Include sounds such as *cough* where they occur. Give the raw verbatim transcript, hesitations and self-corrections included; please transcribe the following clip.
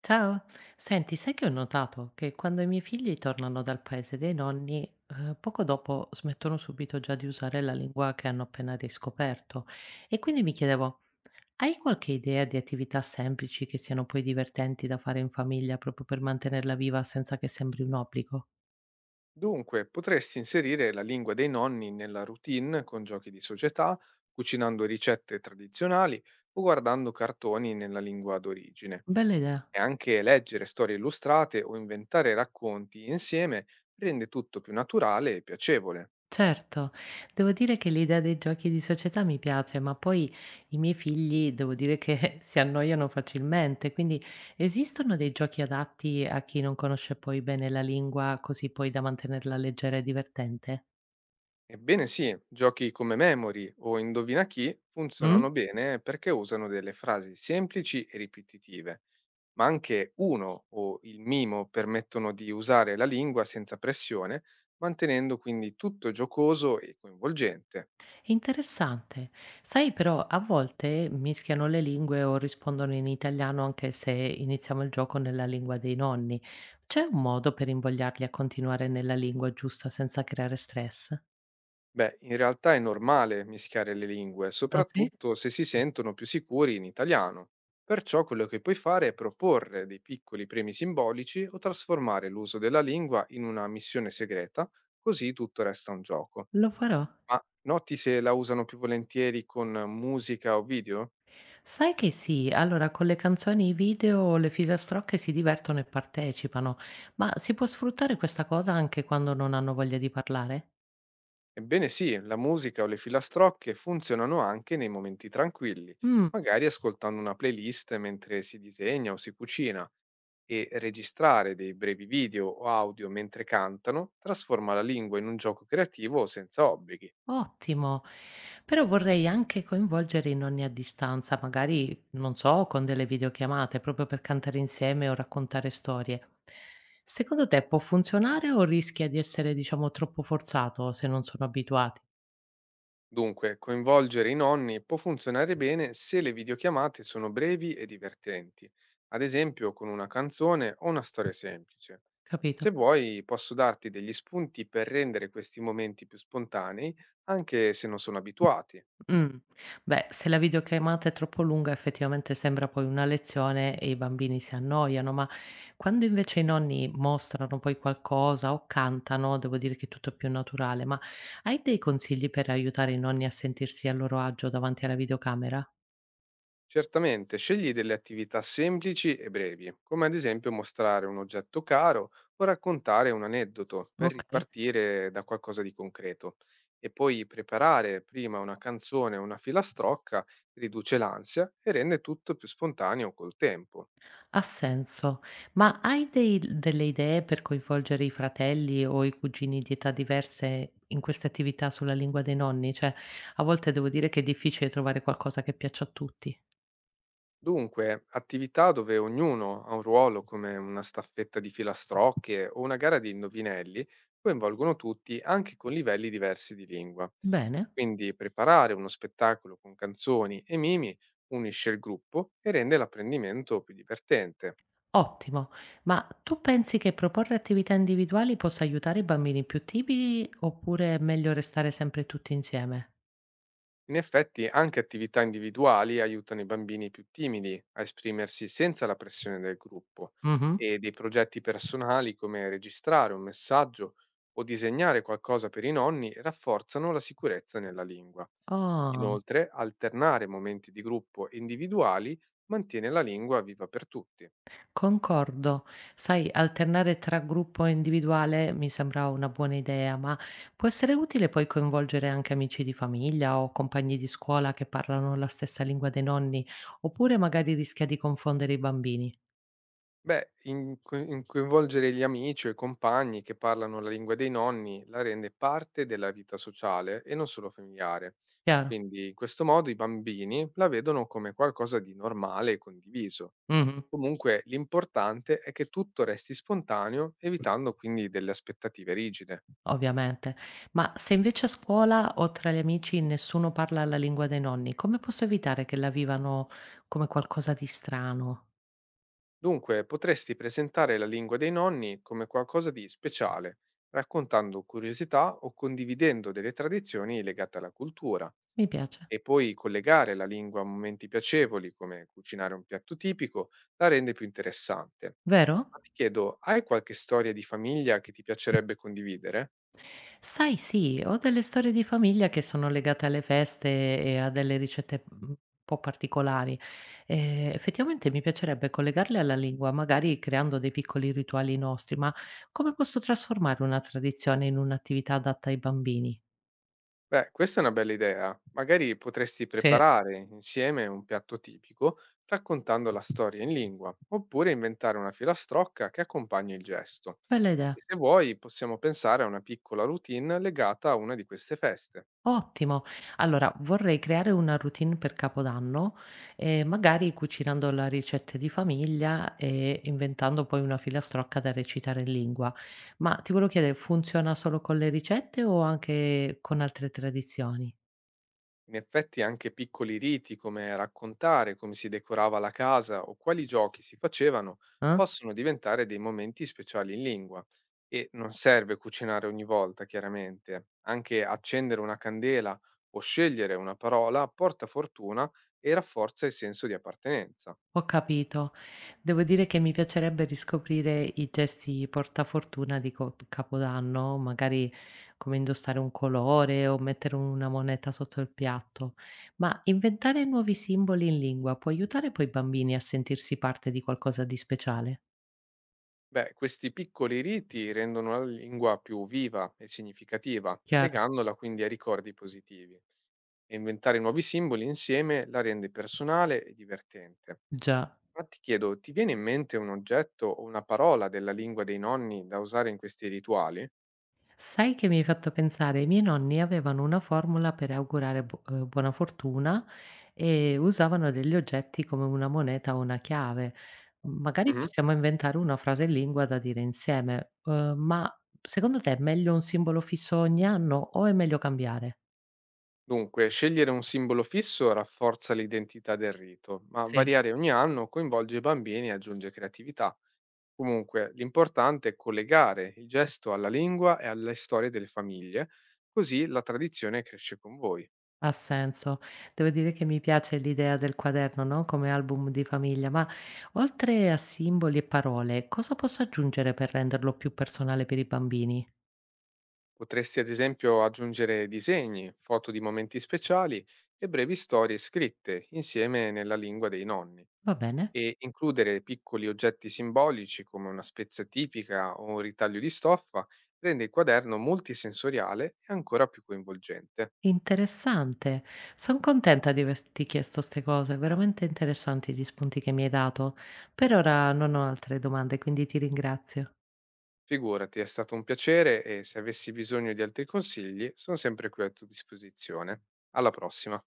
Ciao, senti, sai che ho notato che quando i miei figli tornano dal paese dei nonni, eh, poco dopo smettono subito già di usare la lingua che hanno appena riscoperto. E quindi mi chiedevo, hai qualche idea di attività semplici che siano poi divertenti da fare in famiglia proprio per mantenerla viva senza che sembri un obbligo? Dunque, potresti inserire la lingua dei nonni nella routine con giochi di società, cucinando ricette tradizionali o guardando cartoni nella lingua d'origine. Bella idea. E anche leggere storie illustrate o inventare racconti insieme rende tutto più naturale e piacevole. Certo, devo dire che l'idea dei giochi di società mi piace, ma poi i miei figli devo dire che *laughs* si annoiano facilmente, quindi esistono dei giochi adatti a chi non conosce poi bene la lingua, così poi da mantenerla leggera e divertente? Ebbene sì, giochi come Memory o Indovina chi Mm? funzionano bene perché usano delle frasi semplici e ripetitive. Ma anche uno o il mimo permettono di usare la lingua senza pressione, mantenendo quindi tutto giocoso e coinvolgente. Interessante. Sai, però a volte mischiano le lingue o rispondono in italiano anche se iniziamo il gioco nella lingua dei nonni. C'è un modo per invogliarli a continuare nella lingua giusta senza creare stress? Beh, in realtà è normale mischiare le lingue, Ah, sì? soprattutto se si sentono più sicuri in italiano. Perciò quello che puoi fare è proporre dei piccoli premi simbolici o trasformare l'uso della lingua in una missione segreta, così tutto resta un gioco. Lo farò. Ma noti se la usano più volentieri con musica o video? Sai che sì, allora con le canzoni i video le filastrocche si divertono e partecipano, ma si può sfruttare questa cosa anche quando non hanno voglia di parlare? Ebbene sì, la musica o le filastrocche funzionano anche nei momenti tranquilli, Mh, magari ascoltando una playlist mentre si disegna o si cucina e registrare dei brevi video o audio mentre cantano trasforma la lingua in un gioco creativo senza obblighi. ottimo. Però vorrei anche coinvolgere i nonni a distanza, magari, non so, con delle videochiamate, proprio per cantare insieme o raccontare storie. Secondo te può funzionare o rischia di essere, diciamo, troppo forzato se non sono abituati? Dunque, coinvolgere i nonni può funzionare bene se le videochiamate sono brevi e divertenti, ad esempio con una canzone o una storia semplice. Capito? Se vuoi, posso darti degli spunti per rendere questi momenti più spontanei, anche se non sono abituati. Mh. Beh, se la videochiamata è troppo lunga effettivamente sembra poi una lezione e i bambini si annoiano, ma quando invece i nonni mostrano poi qualcosa o cantano, devo dire che è tutto più naturale. Ma hai dei consigli per aiutare i nonni a sentirsi a loro agio davanti alla videocamera? Certamente, scegli delle attività semplici e brevi, come ad esempio mostrare un oggetto caro o raccontare un aneddoto per Okay, ripartire da qualcosa di concreto. E poi preparare prima una canzone o una filastrocca riduce l'ansia e rende tutto più spontaneo col tempo. ha senso. Ma hai dei delle idee per coinvolgere i fratelli o i cugini di età diverse in queste attività sulla lingua dei nonni? Cioè, a volte devo dire che è difficile trovare qualcosa che piaccia a tutti. Dunque, attività dove ognuno ha un ruolo, come una staffetta di filastrocche o una gara di indovinelli, coinvolgono tutti anche con livelli diversi di lingua. Bene, Quindi preparare uno spettacolo con canzoni e mimi unisce il gruppo e rende l'apprendimento più divertente. ottimo. Ma tu pensi che proporre attività individuali possa aiutare i bambini più timidi oppure è meglio restare sempre tutti insieme? In effetti, anche attività individuali aiutano i bambini più timidi a esprimersi senza la pressione del gruppo Mhm. e dei progetti personali come registrare un messaggio o disegnare qualcosa per i nonni rafforzano la sicurezza nella lingua. Oh, Inoltre, alternare momenti di gruppo e individuali mantiene la lingua viva per tutti. concordo. Sai, alternare tra gruppo e individuale mi sembra una buona idea, ma può essere utile poi coinvolgere anche amici di famiglia o compagni di scuola che parlano la stessa lingua dei nonni, oppure magari rischia di confondere i bambini. Beh, in- in coinvolgere gli amici o i compagni che parlano la lingua dei nonni la rende parte della vita sociale e non solo familiare. Chiaro? Quindi in questo modo i bambini la vedono come qualcosa di normale e condiviso. Mhm. Comunque l'importante è che tutto resti spontaneo, evitando quindi delle aspettative rigide. Ovviamente. Ma se invece a scuola o tra gli amici nessuno parla la lingua dei nonni, come posso evitare che la vivano come qualcosa di strano? Dunque potresti presentare la lingua dei nonni come qualcosa di speciale, raccontando curiosità o condividendo delle tradizioni legate alla cultura. Mi piace. E poi collegare la lingua a momenti piacevoli, come cucinare un piatto tipico, la rende più interessante. Vero? Ma ti chiedo, hai qualche storia di famiglia che ti piacerebbe condividere? Sai, sì, ho delle storie di famiglia che sono legate alle feste e a delle ricette mm, un po' particolari. Eh, effettivamente mi piacerebbe collegarle alla lingua, magari creando dei piccoli rituali nostri, ma come posso trasformare una tradizione in un'attività adatta ai bambini? Beh, questa è una bella idea. Magari potresti Sì. preparare insieme un piatto tipico raccontando la storia in lingua, oppure inventare una filastrocca che accompagni il gesto. Bella E idea. se vuoi, possiamo pensare a una piccola routine legata a una di queste feste. Ottimo. Allora, vorrei creare una routine per Capodanno, ehm, magari cucinando la ricette di famiglia e inventando poi una filastrocca da recitare in lingua. Ma ti volevo chiedere, funziona solo con le ricette o anche con altre tradizioni? In effetti anche piccoli riti come raccontare come si decorava la casa o quali giochi si facevano Eh? possono diventare dei momenti speciali in lingua e non serve cucinare ogni volta, chiaramente. Anche accendere una candela o scegliere una parola porta fortuna e rafforza il senso di appartenenza. Ho capito. Devo dire che mi piacerebbe riscoprire i gesti portafortuna di co Capodanno, magari come indossare un colore o mettere una moneta sotto il piatto. Ma inventare nuovi simboli in lingua può aiutare poi i bambini a sentirsi parte di qualcosa di speciale? Beh, questi piccoli riti rendono la lingua più viva e significativa, Chiaro, legandola quindi a ricordi positivi. E inventare nuovi simboli insieme la rende personale e divertente. già. Ma ti chiedo, ti viene in mente un oggetto o una parola della lingua dei nonni da usare in questi rituali? Sai che mi hai fatto pensare? I miei nonni avevano una formula per augurare bu- eh, buona fortuna e usavano degli oggetti come una moneta o una chiave. Magari Mhm. possiamo inventare una frase in lingua da dire insieme, eh, ma secondo te è meglio un simbolo fisso ogni anno o è meglio cambiare? Dunque, scegliere un simbolo fisso rafforza l'identità del rito, ma Sì, variare ogni anno coinvolge i bambini e aggiunge creatività. Comunque, l'importante è collegare il gesto alla lingua e alle storie delle famiglie, così la tradizione cresce con voi. ha senso. Devo dire che mi piace l'idea del quaderno, no? Come album di famiglia, ma oltre a simboli e parole, cosa posso aggiungere per renderlo più personale per i bambini? Potresti ad esempio aggiungere disegni, foto di momenti speciali e brevi storie scritte insieme nella lingua dei nonni Va bene? e includere piccoli oggetti simbolici come una spezza tipica o un ritaglio di stoffa rende il quaderno multisensoriale e ancora più coinvolgente. Interessante. Son contenta di averti chiesto 'ste cose, veramente interessanti gli spunti che mi hai dato. Per ora non ho altre domande, quindi ti ringrazio. Figurati, è stato un piacere e se avessi bisogno di altri consigli sono sempre qui a tua disposizione. Alla prossima.